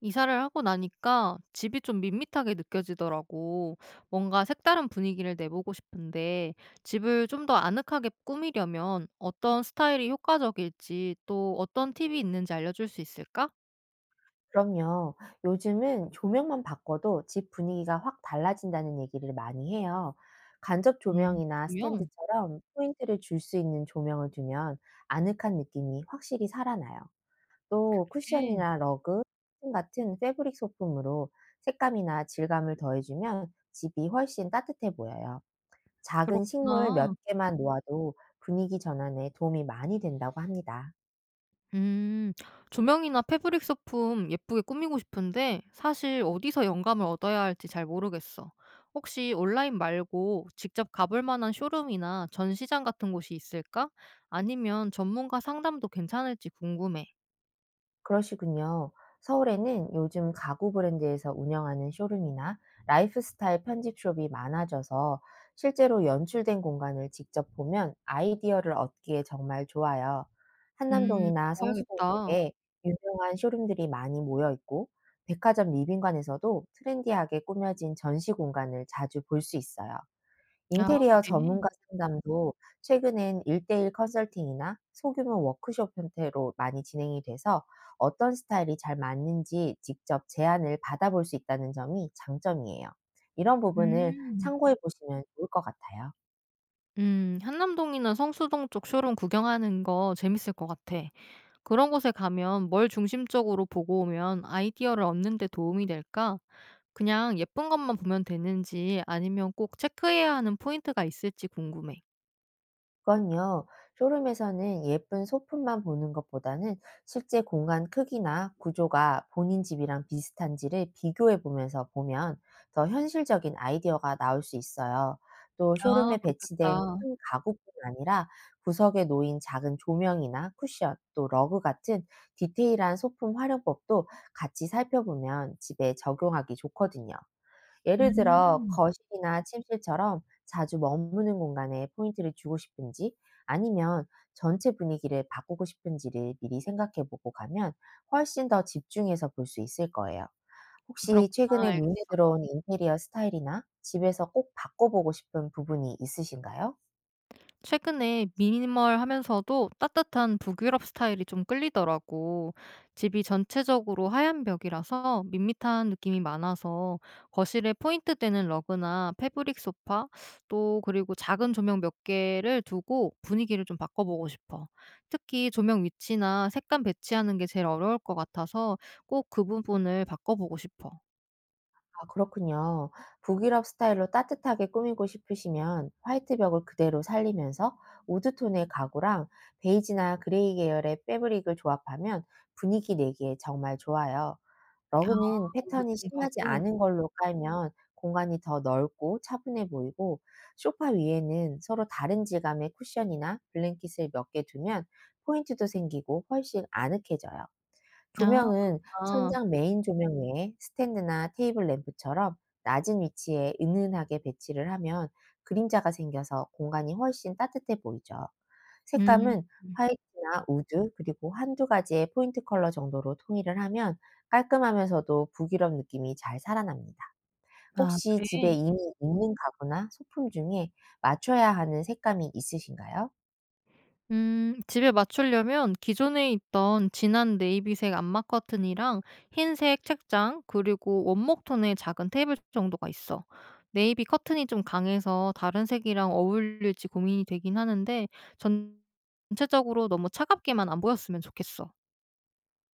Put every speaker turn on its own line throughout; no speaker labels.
이사를 하고 나니까 집이 좀 밋밋하게 느껴지더라고. 뭔가 색다른 분위기를 내보고 싶은데 집을 좀 더 아늑하게 꾸미려면 어떤 스타일이 효과적일지 또 어떤 팁이 있는지 알려줄 수 있을까?
그럼요. 요즘은 조명만 바꿔도 집 분위기가 확 달라진다는 얘기를 많이 해요. 간접
음,
조명이나
조명?
스탠드처럼 포인트를 줄 수 있는 조명을 두면 아늑한 느낌이 확실히 살아나요. 또
네,
쿠션이나 러그, 팬 같은 패브릭 소품으로 색감이나 질감을 더해주면 집이 훨씬 따뜻해 보여요. 작은 식물 몇
그렇구나.
개만 놓아도 분위기 전환에 도움이 많이 된다고 합니다.
음. 조명이나 패브릭 소품 예쁘게 꾸미고 싶은데 사실 어디서 영감을 얻어야 할지 잘 모르겠어. 혹시 온라인 말고 직접 가볼 만한 쇼룸이나 전시장 같은 곳이 있을까? 아니면 전문가 상담도 괜찮을지 궁금해.
그러시군요. 서울에는 요즘 가구 브랜드에서 운영하는 쇼룸이나 라이프스타일 편집숍이 많아져서 실제로 연출된 공간을 직접 보면 아이디어를 얻기에 정말 좋아요. 한남동이나 성수동
가봐야겠다.
쪽에 유명한 쇼룸들이 많이 모여 있고, 백화점 리빙관에서도 트렌디하게 꾸며진 전시 공간을 자주 볼 수 있어요.
아,
인테리어
그래?
전문가 상담도 최근엔 1대 1 컨설팅이나 소규모 워크숍 형태로 많이 진행이 돼서 어떤 스타일이 잘 맞는지 직접 제안을 받아볼 수 있다는 점이 장점이에요. 이런 부분을
음.
참고해 보시면 좋을 것 같아요.
한남동이나 성수동 쪽 쇼룸 구경하는 거 재밌을 것 같아. 그런 곳에 가면 뭘 중심적으로 보고 오면 아이디어를 얻는 데 도움이 될까? 그냥 예쁜 것만 보면 되는지 아니면 꼭 체크해야 하는 포인트가 있을지 궁금해.
그건요, 쇼룸에서는 예쁜 소품만 보는 것보다는 실제 공간 크기나 구조가 본인 집이랑 비슷한지를 비교해 보면서 보면 더 현실적인 아이디어가 나올 수 있어요. 또
아
쇼룸에 배치된
그렇겠다.
큰 가구뿐 아니라 구석에 놓인 작은 조명이나 쿠션, 또 러그 같은 디테일한 소품 활용법도 같이 살펴보면 집에 적용하기 좋거든요. 예를 들어
음.
거실이나 침실처럼 자주 머무는 공간에 포인트를 주고 싶은지 아니면 전체 분위기를 바꾸고 싶은지를 미리 생각해 보고 가면 훨씬 더 집중해서 볼 수 있을 거예요. 혹시
그렇구나.
최근에 눈에
알겠어.
들어온 인테리어 스타일이나 집에서 꼭 바꿔보고 싶은 부분이 있으신가요?
최근에 미니멀하면서도 따뜻한 북유럽 스타일이 좀 끌리더라고. 집이 전체적으로 하얀 벽이라서 밋밋한 느낌이 많아서 거실에 포인트 되는 러그나 패브릭 소파 또 그리고 작은 조명 몇 개를 두고 분위기를 좀 바꿔보고 싶어. 특히 조명 위치나 색감 배치하는 게 제일 어려울 것 같아서 꼭 그 부분을 바꿔보고 싶어.
아 그렇군요. 북유럽 스타일로 따뜻하게 꾸미고 싶으시면 화이트 벽을 그대로 살리면서 우드 톤의 가구랑 베이지나 그레이 계열의 패브릭을 조합하면 분위기 내기에 정말 좋아요.
아
러그는
온도
패턴이
증가
심하지
고
않은 걸로 깔면 공간이 더 넓고 차분해 보이고 소파 위에는 서로 다른 질감의 쿠션이나 블랭킷을 몇 개 두면 포인트도 생기고 훨씬 아늑해져요.
아
조명은
그렇구나.
천장 메인 조명 외에 스탠드나 테이블 램프처럼 낮은 위치에 은은하게 배치를 하면 그림자가 생겨서 공간이 훨씬 따뜻해 보이죠.
음.
색감은 화이트나 우드 그리고 한두 가지의 포인트 컬러 정도로 통일을 하면 깔끔하면서도 부드러운 느낌이 잘 살아납니다.
아
혹시
그래?
집에 이미 있는 가구나 소품 중에 맞춰야 하는 색감이 있으신가요?
집에 맞추려면 기존에 있던 진한 네이비색 암막 커튼이랑 흰색 책장, 그리고 원목 톤의 작은 테이블 정도가 있어. 네이비 커튼이 좀 강해서 다른 색이랑 어울릴지 고민이 되긴 하는데, 전체적으로 너무 차갑게만 안 보였으면 좋겠어.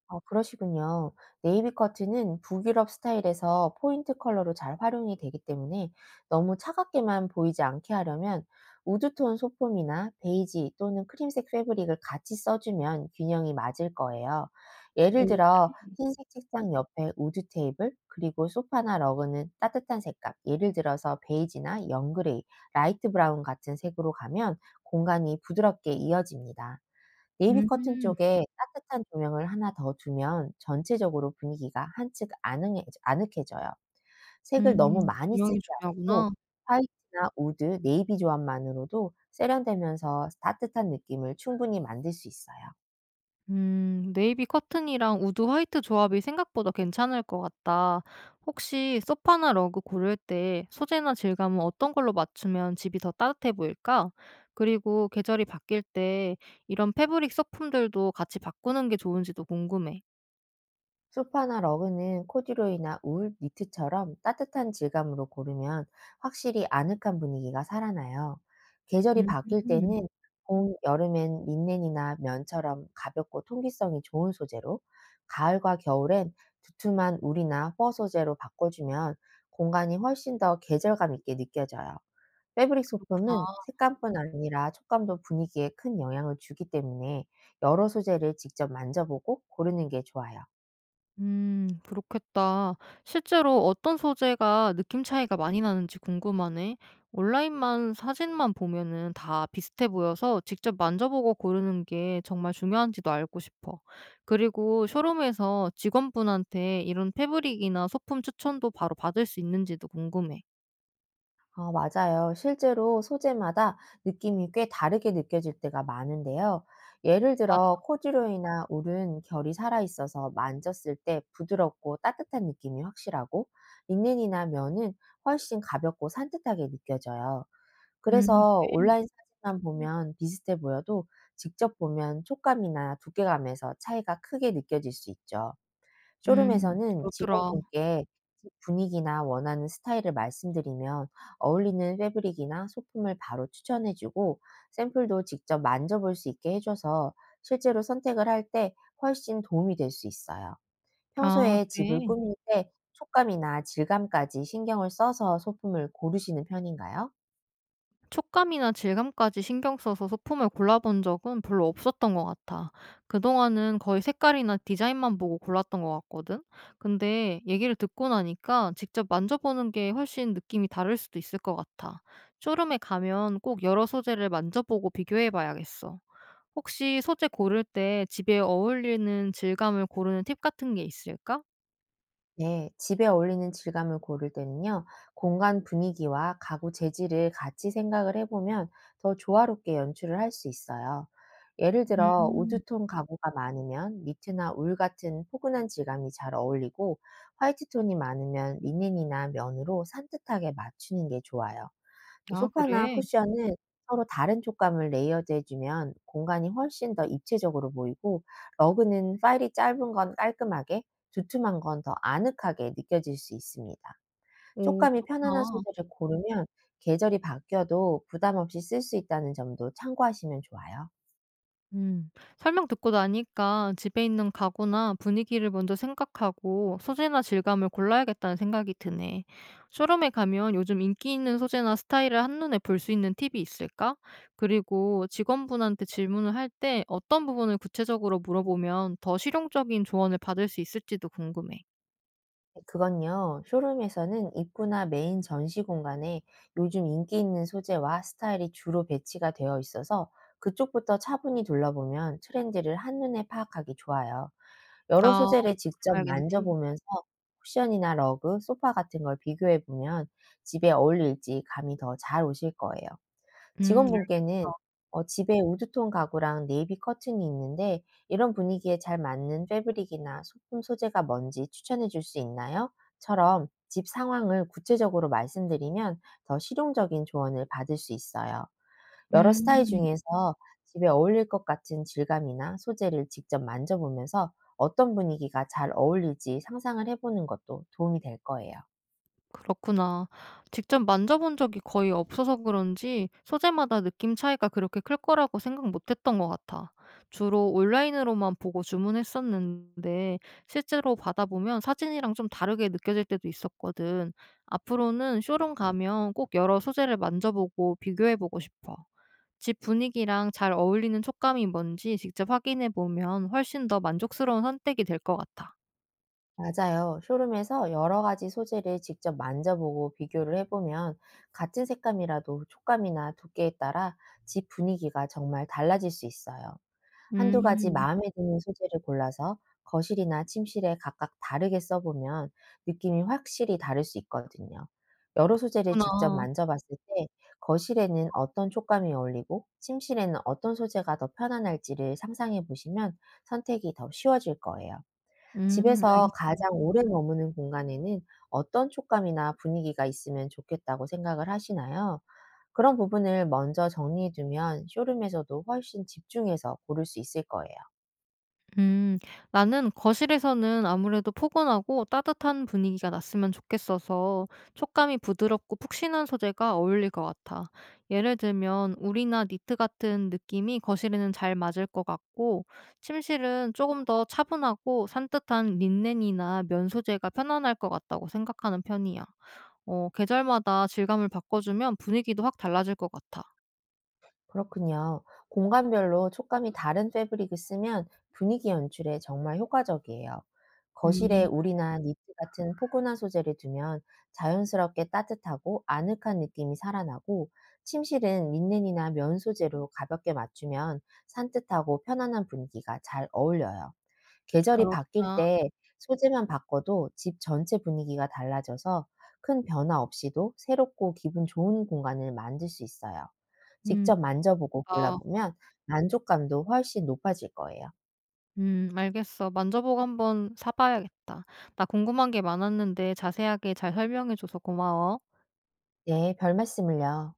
아 그러시군요. 네이비 커트는 북유럽 스타일에서 포인트 컬러로 잘 활용이 되기 때문에 너무 차갑게만 보이지 않게 하려면 우드톤 소품이나 베이지 또는 크림색 패브릭을 같이 써주면 균형이 맞을 거예요. 예를
오,
들어 흰색 책상 옆에 우드 테이블, 그리고 소파나 러그는 따뜻한 색감, 예를 들어서 베이지나 영그레이, 라이트 브라운 같은 색으로 가면 공간이 부드럽게 이어집니다. 네이비 커튼
음,
쪽에 따뜻한 조명을 하나 더 두면 전체적으로 분위기가 한층 아늑해져요. 색을 너무 많이 쓰지
조명이
않고
중요하구나.
화이트나 우드, 네이비 조합만으로도 세련되면서 따뜻한 느낌을 충분히 만들 수 있어요.
네이비 커튼이랑 우드 화이트 조합이 생각보다 괜찮을 것 같다. 혹시 소파나 러그 고를 때 소재나 질감은 어떤 걸로 맞추면 집이 더 따뜻해 보일까? 그리고 계절이 바뀔 때 이런 패브릭 소품들도 같이 바꾸는 게 좋은지도 궁금해.
소파나 러그는 코듀로이나 울, 니트처럼 따뜻한 질감으로 고르면 확실히 아늑한 분위기가 살아나요. 계절이
음,
바뀔 때는 봄, 여름엔 린넨이나 면처럼 가볍고 통기성이 좋은 소재로, 가을과 겨울엔 두툼한 울이나 퍼 소재로 바꿔주면 공간이 훨씬 더 계절감 있게 느껴져요. 패브릭 소품은 색감뿐 아니라 촉감도 분위기에 큰 영향을 주기 때문에 여러 소재를 직접 만져보고 고르는 게 좋아요.
그렇겠다. 실제로 어떤 소재가 느낌 차이가 많이 나는지 궁금하네. 온라인만 사진만 보면은 다 비슷해 보여서 직접 만져보고 고르는 게 정말 중요한지도 알고 싶어. 그리고 쇼룸에서 직원분한테 이런 패브릭이나 소품 추천도 바로 받을 수 있는지도 궁금해.
어, 맞아요. 실제로 소재마다 느낌이 꽤 다르게 느껴질 때가 많은데요. 예를
맞아.
들어, 코듀로이나 울은 결이 살아있어서 만졌을 때 부드럽고 따뜻한 느낌이 확실하고, 린넨이나 면은 훨씬 가볍고 산뜻하게 느껴져요. 그래서
그래?
온라인 사진만 보면 비슷해 보여도 직접 보면 촉감이나 두께감에서 차이가 크게 느껴질 수 있죠. 쇼룸에서는
그렇더라.
직원분께 집 분위기나 원하는 스타일을 말씀드리면 어울리는 패브릭이나 소품을 바로 추천해 주고 샘플도 직접 만져볼 수 있게 해줘서 실제로 선택을 할 때 훨씬 도움이 될 수 있어요.
아,
평소에 집을
그래.
꾸밀 때 촉감이나 질감까지 신경을 써서 소품을 고르시는 편인가요?
촉감이나 질감까지 신경 써서 소품을 골라본 적은 별로 없었던 것 같아. 그동안은 거의 색깔이나 디자인만 보고 골랐던 것 같거든? 근데 얘기를 듣고 나니까 직접 만져보는 게 훨씬 느낌이 다를 수도 있을 것 같아. 쇼룸에 가면 꼭 여러 소재를 만져보고 비교해 봐야겠어. 혹시 소재 고를 때 집에 어울리는 질감을 고르는 팁 같은 게 있을까?
네, 집에 어울리는 질감을 고를 때는요, 공간 분위기와 가구 재질을 같이 생각을 해보면 더 조화롭게 연출을 할 수 있어요. 예를 들어,
음.
우드톤 가구가 많으면 니트나 울 같은 포근한 질감이 잘 어울리고, 화이트톤이 많으면 리넨이나 면으로 산뜻하게 맞추는 게 좋아요. 또
아,
소파나
그래?
쿠션은 서로 다른 촉감을 레이어드해 주면 공간이 훨씬 더 입체적으로 보이고 러그는 파일이 짧은 건 깔끔하게 두툼한 건 더 아늑하게 느껴질 수 있습니다.
오,
촉감이 편안한
그렇구나.
소재를 고르면 계절이 바뀌어도 부담 없이 쓸 수 있다는 점도 참고하시면 좋아요.
음. 설명 듣고 나니까 집에 있는 가구나 분위기를 먼저 생각하고 소재나 질감을 골라야겠다는 생각이 드네. 쇼룸에 가면 요즘 인기 있는 소재나 스타일을 한눈에 볼 수 있는 팁이 있을까? 그리고 직원분한테 질문을 할 때 어떤 부분을 구체적으로 물어보면 더 실용적인 조언을 받을 수 있을지도 궁금해.
그건요, 쇼룸에서는 입구나 메인 전시 공간에 요즘 인기 있는 소재와 스타일이 주로 배치가 되어 있어서 그쪽부터 차분히 둘러보면 트렌드를 한눈에 파악하기 좋아요. 여러
아,
소재를
이거를
직접
봐야겠네.
만져보면서 쿠션이나 러그, 소파 같은 걸 비교해보면 집에 어울릴지 감이 더 잘 오실 거예요. 직원분께는
알겠어.
집에 우드톤 가구랑 네이비 커튼이 있는데 이런 분위기에 잘 맞는 패브릭이나 소품 소재가 뭔지 추천해 줄 수 있나요? 처럼 집 상황을 구체적으로 말씀드리면 더 실용적인 조언을 받을 수 있어요. 여러 스타일
음.
중에서 집에 어울릴 것 같은 질감이나 소재를 직접 만져보면서 어떤 분위기가 잘 어울릴지 상상을 해보는 것도 도움이 될 거예요.
그렇구나. 직접 만져본 적이 거의 없어서 그런지 소재마다 느낌 차이가 그렇게 클 거라고 생각 못 했던 것 같아. 주로 온라인으로만 보고 주문했었는데 실제로 받아보면 사진이랑 좀 다르게 느껴질 때도 있었거든. 앞으로는 쇼룸 가면 꼭 여러 소재를 만져보고 비교해보고 싶어. 집 분위기랑 잘 어울리는 촉감이 뭔지 직접 확인해보면 훨씬 더 만족스러운 선택이 될 것 같아.
맞아요. 쇼룸에서 여러 가지 소재를 직접 만져보고 비교를 해보면 같은 색감이라도 촉감이나 두께에 따라 집 분위기가 정말 달라질 수 있어요. 한두 가지
음,
마음에 드는 소재를 골라서 거실이나 침실에 각각 다르게 써보면 느낌이 확실히 다를 수 있거든요. 여러 소재를 직접
그렇구나.
만져봤을 때 거실에는 어떤 촉감이 어울리고 침실에는 어떤 소재가 더 편안할지를 상상해 보시면 선택이 더 쉬워질 거예요. 집에서
알겠어.
가장 오래 머무는 공간에는 어떤 촉감이나 분위기가 있으면 좋겠다고 생각을 하시나요? 그런 부분을 먼저 정리해 두면 쇼룸에서도 훨씬 집중해서 고를 수 있을 거예요.
음, 나는 거실에서는 아무래도 포근하고 따뜻한 분위기가 났으면 좋겠어서 촉감이 부드럽고 푹신한 소재가 어울릴 것 같아. 예를 들면 울이나 니트 같은 느낌이 거실에는 잘 맞을 것 같고, 침실은 조금 더 차분하고 산뜻한 린넨이나 면 소재가 편안할 것 같다고 생각하는 편이야. 어, 계절마다 질감을 바꿔주면 분위기도 확 달라질 것 같아.
그렇군요. 공간별로 촉감이 다른 패브릭을 쓰면 분위기 연출에 정말 효과적이에요. 거실에
음,
울이나 니트 같은 포근한 소재를 두면 자연스럽게 따뜻하고 아늑한 느낌이 살아나고, 침실은 린넨이나 면 소재로 가볍게 맞추면 산뜻하고 편안한 분위기가 잘 어울려요. 계절이 바뀔
그렇구나.
때 소재만 바꿔도 집 전체 분위기가 달라져서 큰 변화 없이도 새롭고 기분 좋은 공간을 만들 수 있어요.
음,
직접 만져보고
아.
골라보면 만족감도 훨씬 높아질 거예요.
알겠어. 만져보고 한번 사 봐야겠다. 나 궁금한 게 많았는데 자세하게 잘 설명해 줘서 고마워.
네, 별 말씀을요.